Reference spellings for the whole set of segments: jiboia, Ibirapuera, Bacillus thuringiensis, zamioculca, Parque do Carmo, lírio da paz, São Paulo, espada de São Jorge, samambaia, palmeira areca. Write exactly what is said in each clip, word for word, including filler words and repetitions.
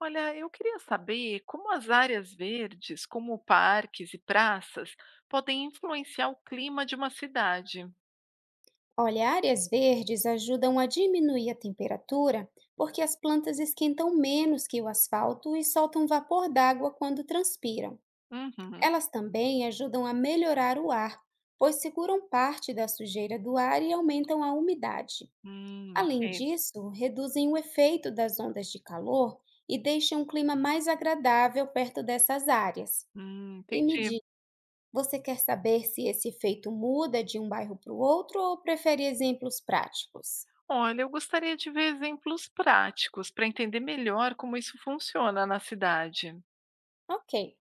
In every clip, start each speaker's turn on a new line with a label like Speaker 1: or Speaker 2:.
Speaker 1: Olha, eu queria saber como as áreas verdes, como parques e praças, podem influenciar o clima de uma cidade.
Speaker 2: Olha, áreas verdes ajudam a diminuir a temperatura porque as plantas esquentam menos que o asfalto e soltam vapor d'água quando transpiram.
Speaker 1: Uhum.
Speaker 2: Elas também ajudam a melhorar o ar, pois seguram parte da sujeira do ar e aumentam a umidade.
Speaker 1: Hum, ok.
Speaker 2: Além disso, reduzem o efeito das ondas de calor e deixam um clima mais agradável perto dessas áreas.
Speaker 1: Hum,
Speaker 2: E me
Speaker 1: entendi.
Speaker 2: diz, você quer saber se esse efeito muda de um bairro para o outro ou prefere exemplos práticos?
Speaker 1: Olha, eu gostaria de ver exemplos práticos para entender melhor como isso funciona na cidade.
Speaker 2: Ok.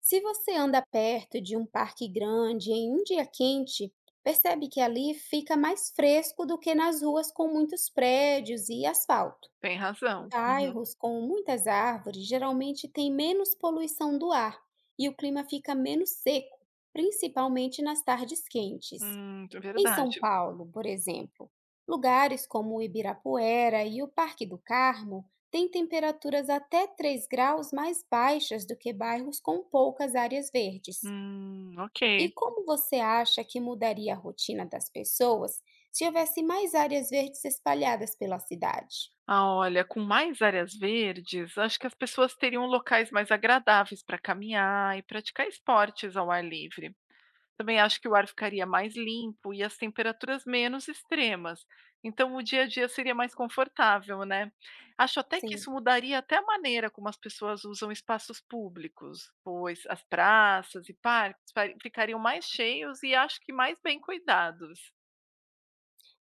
Speaker 2: Se você anda perto de um parque grande em um dia quente, percebe que ali fica mais fresco do que nas ruas com muitos prédios e asfalto.
Speaker 1: Tem razão. Uhum.
Speaker 2: Bairros com muitas árvores geralmente têm menos poluição do ar e o clima fica menos seco, principalmente nas tardes quentes.
Speaker 1: Hum, é
Speaker 2: Em São
Speaker 1: verdade.
Speaker 2: Paulo, por exemplo, lugares como o Ibirapuera e o Parque do Carmo têm temperaturas até três graus mais baixas do que bairros com poucas áreas verdes.
Speaker 1: Hum, ok.
Speaker 2: E como você acha que mudaria a rotina das pessoas se houvesse mais áreas verdes espalhadas pela cidade?
Speaker 1: Ah, olha, com mais áreas verdes, acho que as pessoas teriam locais mais agradáveis para caminhar e praticar esportes ao ar livre. Também acho que o ar ficaria mais limpo e as temperaturas menos extremas. Então o dia a dia seria mais confortável, né? Acho até que
Speaker 2: Sim.
Speaker 1: isso mudaria até a maneira como as pessoas usam espaços públicos, pois as praças e parques fari- ficariam mais cheios e acho que mais bem cuidados.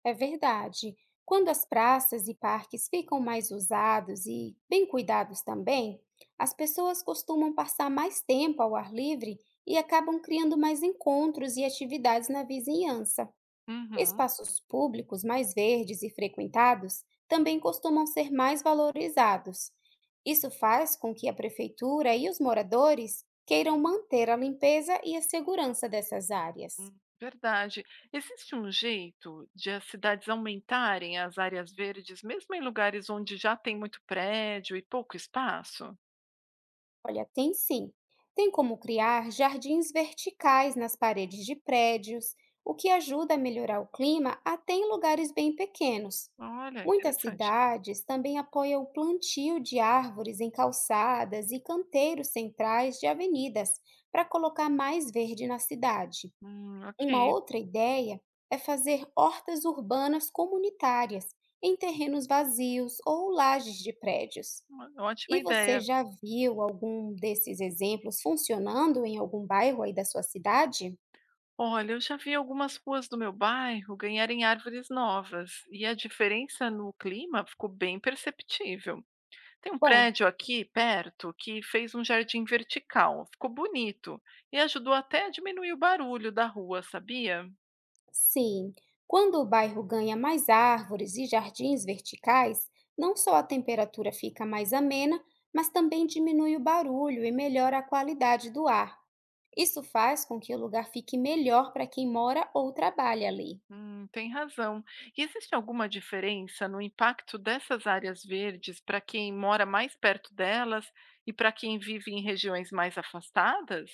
Speaker 2: É verdade. Quando as praças e parques ficam mais usados e bem cuidados também, as pessoas costumam passar mais tempo ao ar livre e acabam criando mais encontros e atividades na vizinhança.
Speaker 1: Uhum.
Speaker 2: Espaços públicos mais verdes e frequentados também costumam ser mais valorizados. Isso faz com que a prefeitura e os moradores queiram manter a limpeza e a segurança dessas áreas.
Speaker 1: Hum, verdade. Existe um jeito de as cidades aumentarem as áreas verdes, mesmo em lugares onde já tem muito prédio e pouco espaço?
Speaker 2: Olha, tem sim. Tem como criar jardins verticais nas paredes de prédios, o que ajuda a melhorar o clima até em lugares bem pequenos.
Speaker 1: Olha,
Speaker 2: Muitas
Speaker 1: interessante.
Speaker 2: cidades também apoiam o plantio de árvores em calçadas e canteiros centrais de avenidas para colocar mais verde na cidade.
Speaker 1: Hum,
Speaker 2: Uma
Speaker 1: ok.
Speaker 2: outra ideia é fazer hortas urbanas comunitárias em terrenos vazios ou lajes de prédios.
Speaker 1: Ó, ótima
Speaker 2: E você
Speaker 1: ideia.
Speaker 2: já viu algum desses exemplos funcionando em algum bairro aí da sua cidade?
Speaker 1: Olha, eu já vi algumas ruas do meu bairro ganharem árvores novas e a diferença no clima ficou bem perceptível. Tem um
Speaker 2: Bom,
Speaker 1: prédio aqui perto que fez um jardim vertical, ficou bonito e ajudou até a diminuir o barulho da rua, sabia?
Speaker 2: sim. Quando o bairro ganha mais árvores e jardins verticais, não só a temperatura fica mais amena, mas também diminui o barulho e melhora a qualidade do ar. Isso faz com que o lugar fique melhor para quem mora ou trabalha ali.
Speaker 1: Hum, tem razão. E existe alguma diferença no impacto dessas áreas verdes para quem mora mais perto delas e para quem vive em regiões mais afastadas?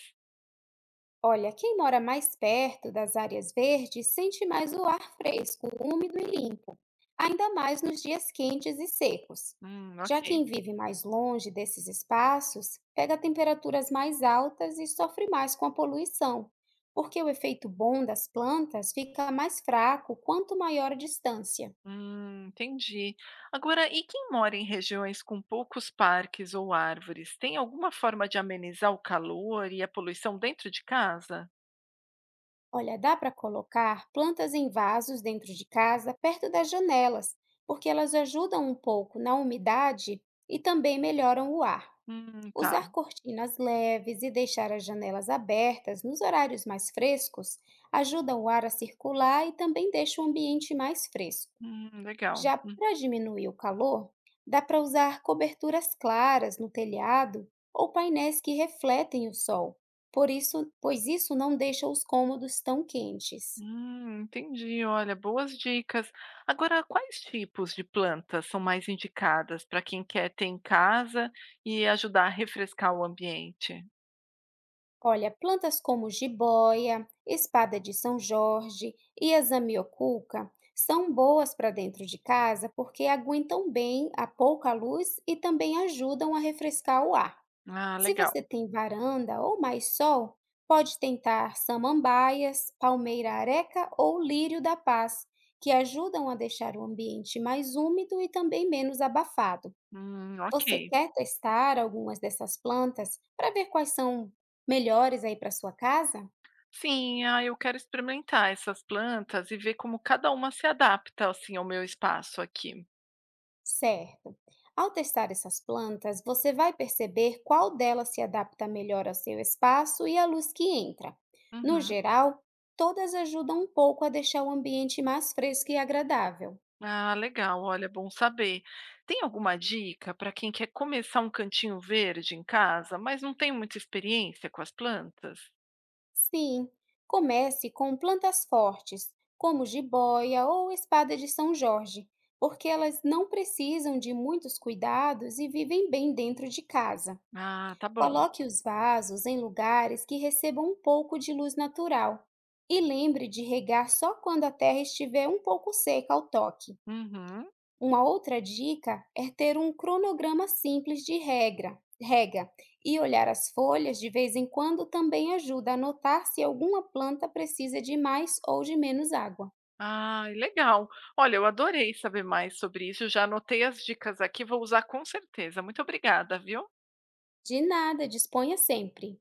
Speaker 2: Olha, quem mora mais perto das áreas verdes sente mais o ar fresco, úmido e limpo, ainda mais nos dias quentes e secos.
Speaker 1: Hum,
Speaker 2: Já
Speaker 1: ok.
Speaker 2: quem vive mais longe desses espaços pega temperaturas mais altas e sofre mais com a poluição, porque o efeito bom das plantas fica mais fraco quanto maior a distância.
Speaker 1: Hum, entendi. Agora, e quem mora em regiões com poucos parques ou árvores, tem alguma forma de amenizar o calor e a poluição dentro de casa?
Speaker 2: Olha, dá para colocar plantas em vasos dentro de casa, perto das janelas, porque elas ajudam um pouco na umidade e também melhoram o ar.
Speaker 1: Hum, tá.
Speaker 2: Usar cortinas leves e deixar as janelas abertas nos horários mais frescos ajuda o ar a circular e também deixa o ambiente mais fresco.
Speaker 1: Hum, legal.
Speaker 2: Já
Speaker 1: Hum,
Speaker 2: para diminuir o calor, dá para usar coberturas claras no telhado ou painéis que refletem o sol, por isso, pois isso não deixa os cômodos tão quentes.
Speaker 1: hum, entendi. Olha, boas dicas. Agora, quais tipos de plantas são mais indicadas para quem quer ter em casa e ajudar a refrescar o ambiente?
Speaker 2: Olha, plantas como jiboia, espada de São Jorge e a zamioculca são boas para dentro de casa porque aguentam bem a pouca luz e também ajudam a refrescar o ar.
Speaker 1: Ah,
Speaker 2: Se você
Speaker 1: legal.
Speaker 2: tem varanda ou mais sol, pode tentar samambaias, palmeira areca ou lírio da paz, que ajudam a deixar o ambiente mais úmido e também menos abafado.
Speaker 1: Hum,
Speaker 2: Você
Speaker 1: ok.
Speaker 2: quer testar algumas dessas plantas para ver quais são melhores aí para sua casa?
Speaker 1: Sim, ah, eu quero experimentar essas plantas e ver como cada uma se adapta, assim, ao meu espaço aqui.
Speaker 2: Certo. Ao testar essas plantas, você vai perceber qual delas se adapta melhor ao seu espaço e à luz que entra. No
Speaker 1: Uhum.
Speaker 2: geral, todas ajudam um pouco a deixar o ambiente mais fresco e agradável.
Speaker 1: Ah, legal, olha, bom saber. Tem alguma dica para quem quer começar um cantinho verde em casa, mas não tem muita experiência com as plantas?
Speaker 2: Sim, comece com plantas fortes, como jiboia ou espada de São Jorge, porque elas não precisam de muitos cuidados e vivem bem dentro de casa.
Speaker 1: Ah, tá bom.
Speaker 2: Coloque os vasos em lugares que recebam um pouco de luz natural e lembre de regar só quando a terra estiver um pouco seca ao toque.
Speaker 1: Uhum.
Speaker 2: Uma outra dica é ter um cronograma simples de regra, rega e olhar as folhas de vez em quando também ajuda a notar se alguma planta precisa de mais ou de menos água.
Speaker 1: Ah, legal. Olha, eu adorei saber mais sobre isso. Já anotei as dicas aqui, vou usar com certeza. Muito obrigada, viu?
Speaker 2: De nada, disponha sempre.